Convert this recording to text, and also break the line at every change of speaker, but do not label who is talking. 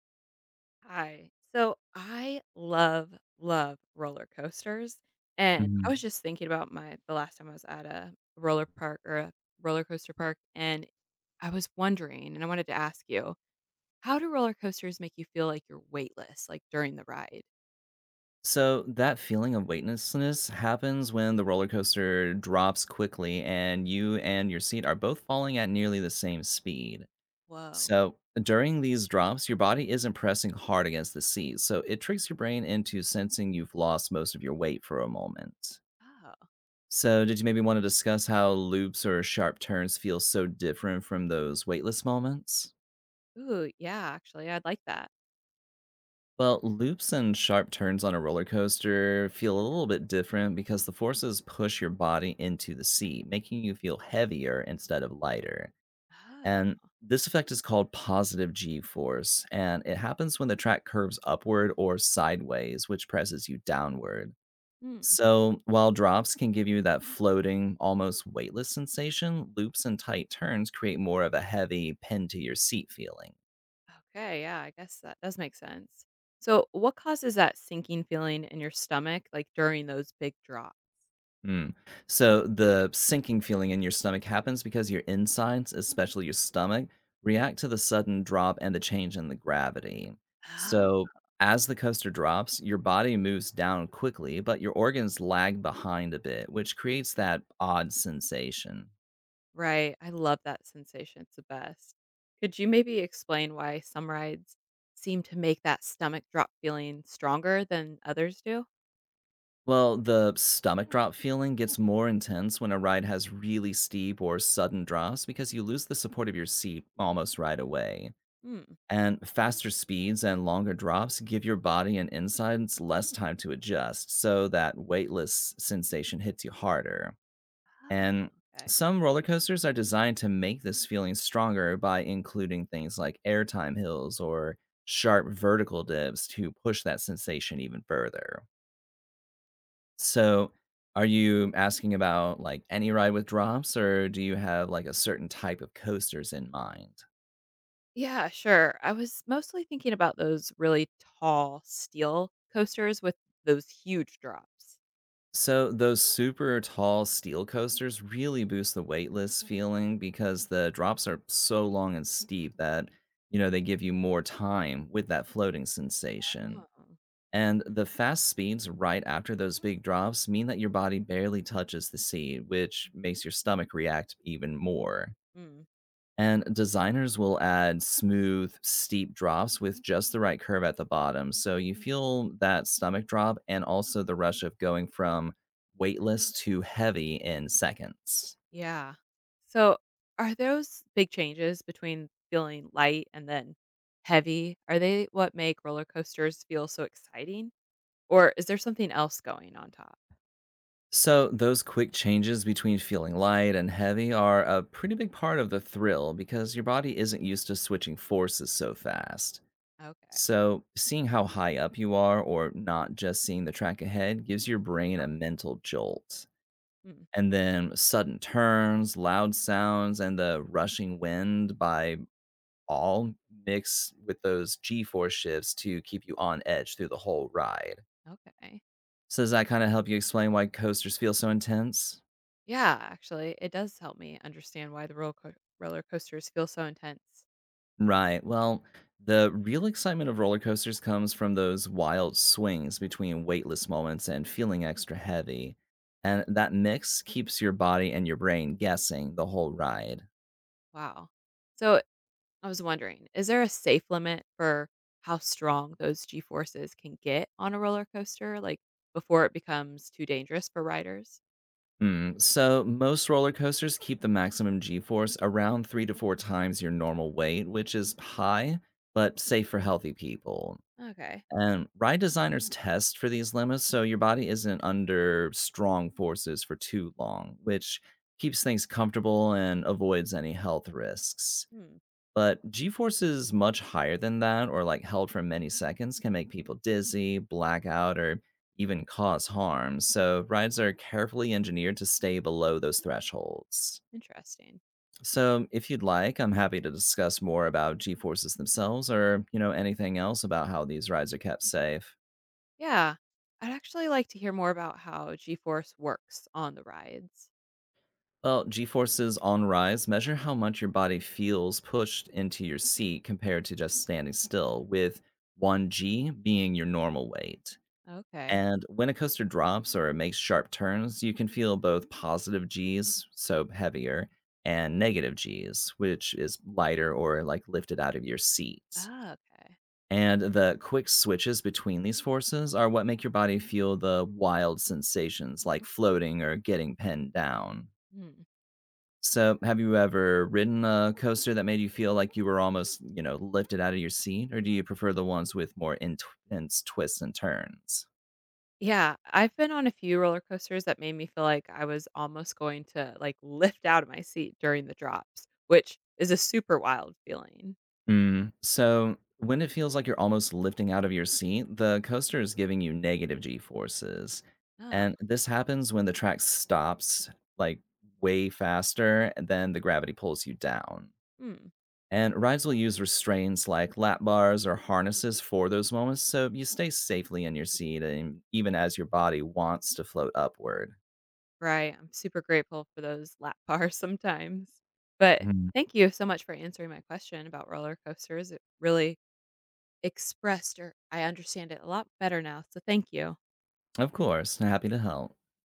Hi. So I love, love roller coasters. And I was
Mhm.
just thinking about my the last time I was at a roller park or a roller coaster park. And I was wondering and I wanted to ask you, how do roller coasters make you feel like you're weightless, like during the ride?
So that feeling of weightlessness happens when the roller coaster drops quickly and you and your seat are both falling at nearly the same speed.
Whoa.
So during these drops, your body isn't pressing hard against the seat, so it tricks your brain into sensing you've lost most of your weight for a moment.
Oh.
So, did you maybe want to discuss how loops or sharp turns feel so different from those weightless moments?
Ooh, yeah, actually I'd like that.
Well, loops and sharp turns on a roller coaster feel a little bit different because the forces push your body into the seat, making you feel heavier instead of lighter. And
Oh.
this effect is called positive G force, and it happens when the track curves upward or sideways, which presses you downward.
Hmm.
So, while drops can give you that floating, almost weightless sensation, loops and tight turns create more of a heavy, pinned to your seat feeling.
Okay, yeah, I guess that does make sense. So what causes that sinking feeling in your stomach, like during those big drops?
Mm. So the sinking feeling in your stomach happens because your insides, especially your stomach, react to the sudden drop and the change in the gravity. So as the coaster drops, your body moves down quickly, but your organs lag behind a bit, which creates that odd sensation.
Right, I love that sensation, it's the best. Could you maybe explain why some rides seem to make that stomach drop feeling stronger than others do?
Well, the stomach drop feeling gets more intense when a ride has really steep or sudden drops because you lose the support of your seat almost right away.
Hmm.
And faster speeds and longer drops give your body and insides less time to adjust, so that weightless sensation hits you harder.
Ah,
And
okay.
some roller coasters are designed to make this feeling stronger by including things like airtime hills or sharp vertical dips to push that sensation even further. So, are you asking about like any ride with drops, or do you have like a certain type of coasters in mind?
Yeah, sure. I was mostly thinking about those really tall steel coasters with those huge drops.
So those super tall steel coasters really boost the weightless feeling because the drops are so long and steep that they give you more time with that floating sensation.
Oh.
And the fast speeds right after those big drops mean that your body barely touches the sea, which makes your stomach react even more.
Mm,
And designers will add smooth, steep drops with just the right curve at the bottom. So you feel that stomach drop and also the rush of going from weightless to heavy in seconds.
yeah. So, are those big changes between feeling light and then heavy? Are they what make roller coasters feel so exciting? Or is there something else going on top?
So, those quick changes between feeling light and heavy are a pretty big part of the thrill because your body isn't used to switching forces so fast.
Okay.
So, seeing how high up you are or not just seeing the track ahead gives your brain a mental jolt.
Hmm,
And then sudden turns, loud sounds, and the rushing wind by all mix with those G force shifts to keep you on edge through the whole ride.
okay.
So, does that kind of help you explain why coasters feel so intense?
Yeah, actually, it does help me understand why the roller coasters feel so intense.
Right. Well, the real excitement of roller coasters comes from those wild swings between weightless moments and feeling extra heavy. And that mix keeps your body and your brain guessing the whole ride.
Wow. So, I was wondering, is there a safe limit for how strong those G forces can get on a roller coaster, like, before it becomes too dangerous for riders?
Mm, so most roller coasters keep the maximum g-force around 3 to 4 times your normal weight, which is high but safe for healthy people.
Okay.
And ride designers test for these limits so your body isn't under strong forces for too long, which keeps things comfortable and avoids any health risks.
Hmm,
But G-forces much higher than that, or like held for many seconds, can make people dizzy, blackout, or even cause harm. So rides are carefully engineered to stay below those thresholds.
interesting.
So if you'd like, I'm happy to discuss more about G-forces themselves, or anything else about how these rides are kept safe.
Yeah. I'd actually like to hear more about how G force works on the rides.
Well, G-forces on rides measure how much your body feels pushed into your seat compared to just standing still, with 1G being your normal weight.
Okay.
And when a coaster drops or makes sharp turns, you can feel both positive Gs, so heavier, and negative Gs, which is lighter or like lifted out of your seats.
Ah, okay.
And the quick switches between these forces are what make your body feel the wild sensations like floating or getting pinned down.
Hmm.
So, have you ever ridden a coaster that made you feel like you were almost, lifted out of your seat? Or do you prefer the ones with more intense twists and turns?
Yeah, I've been on a few roller coasters that made me feel like I was almost going to, like, lift out of my seat during the drops, which is a super wild feeling.
Mm. So when it feels like you're almost lifting out of your seat, the coaster is giving you negative g forces.
Ah.
And this happens when the track stops like way faster than the gravity pulls you down.
Hmm.
And rides will use restraints like lap bars or harnesses for those moments so you stay safely in your seat and even as your body wants to float upward.
Right, I'm super grateful for those lap bars sometimes. But
Mhm.
thank you so much for answering my question about roller coasters. It really expressed or I understand it a lot better now, so thank you.
Of course, happy to help.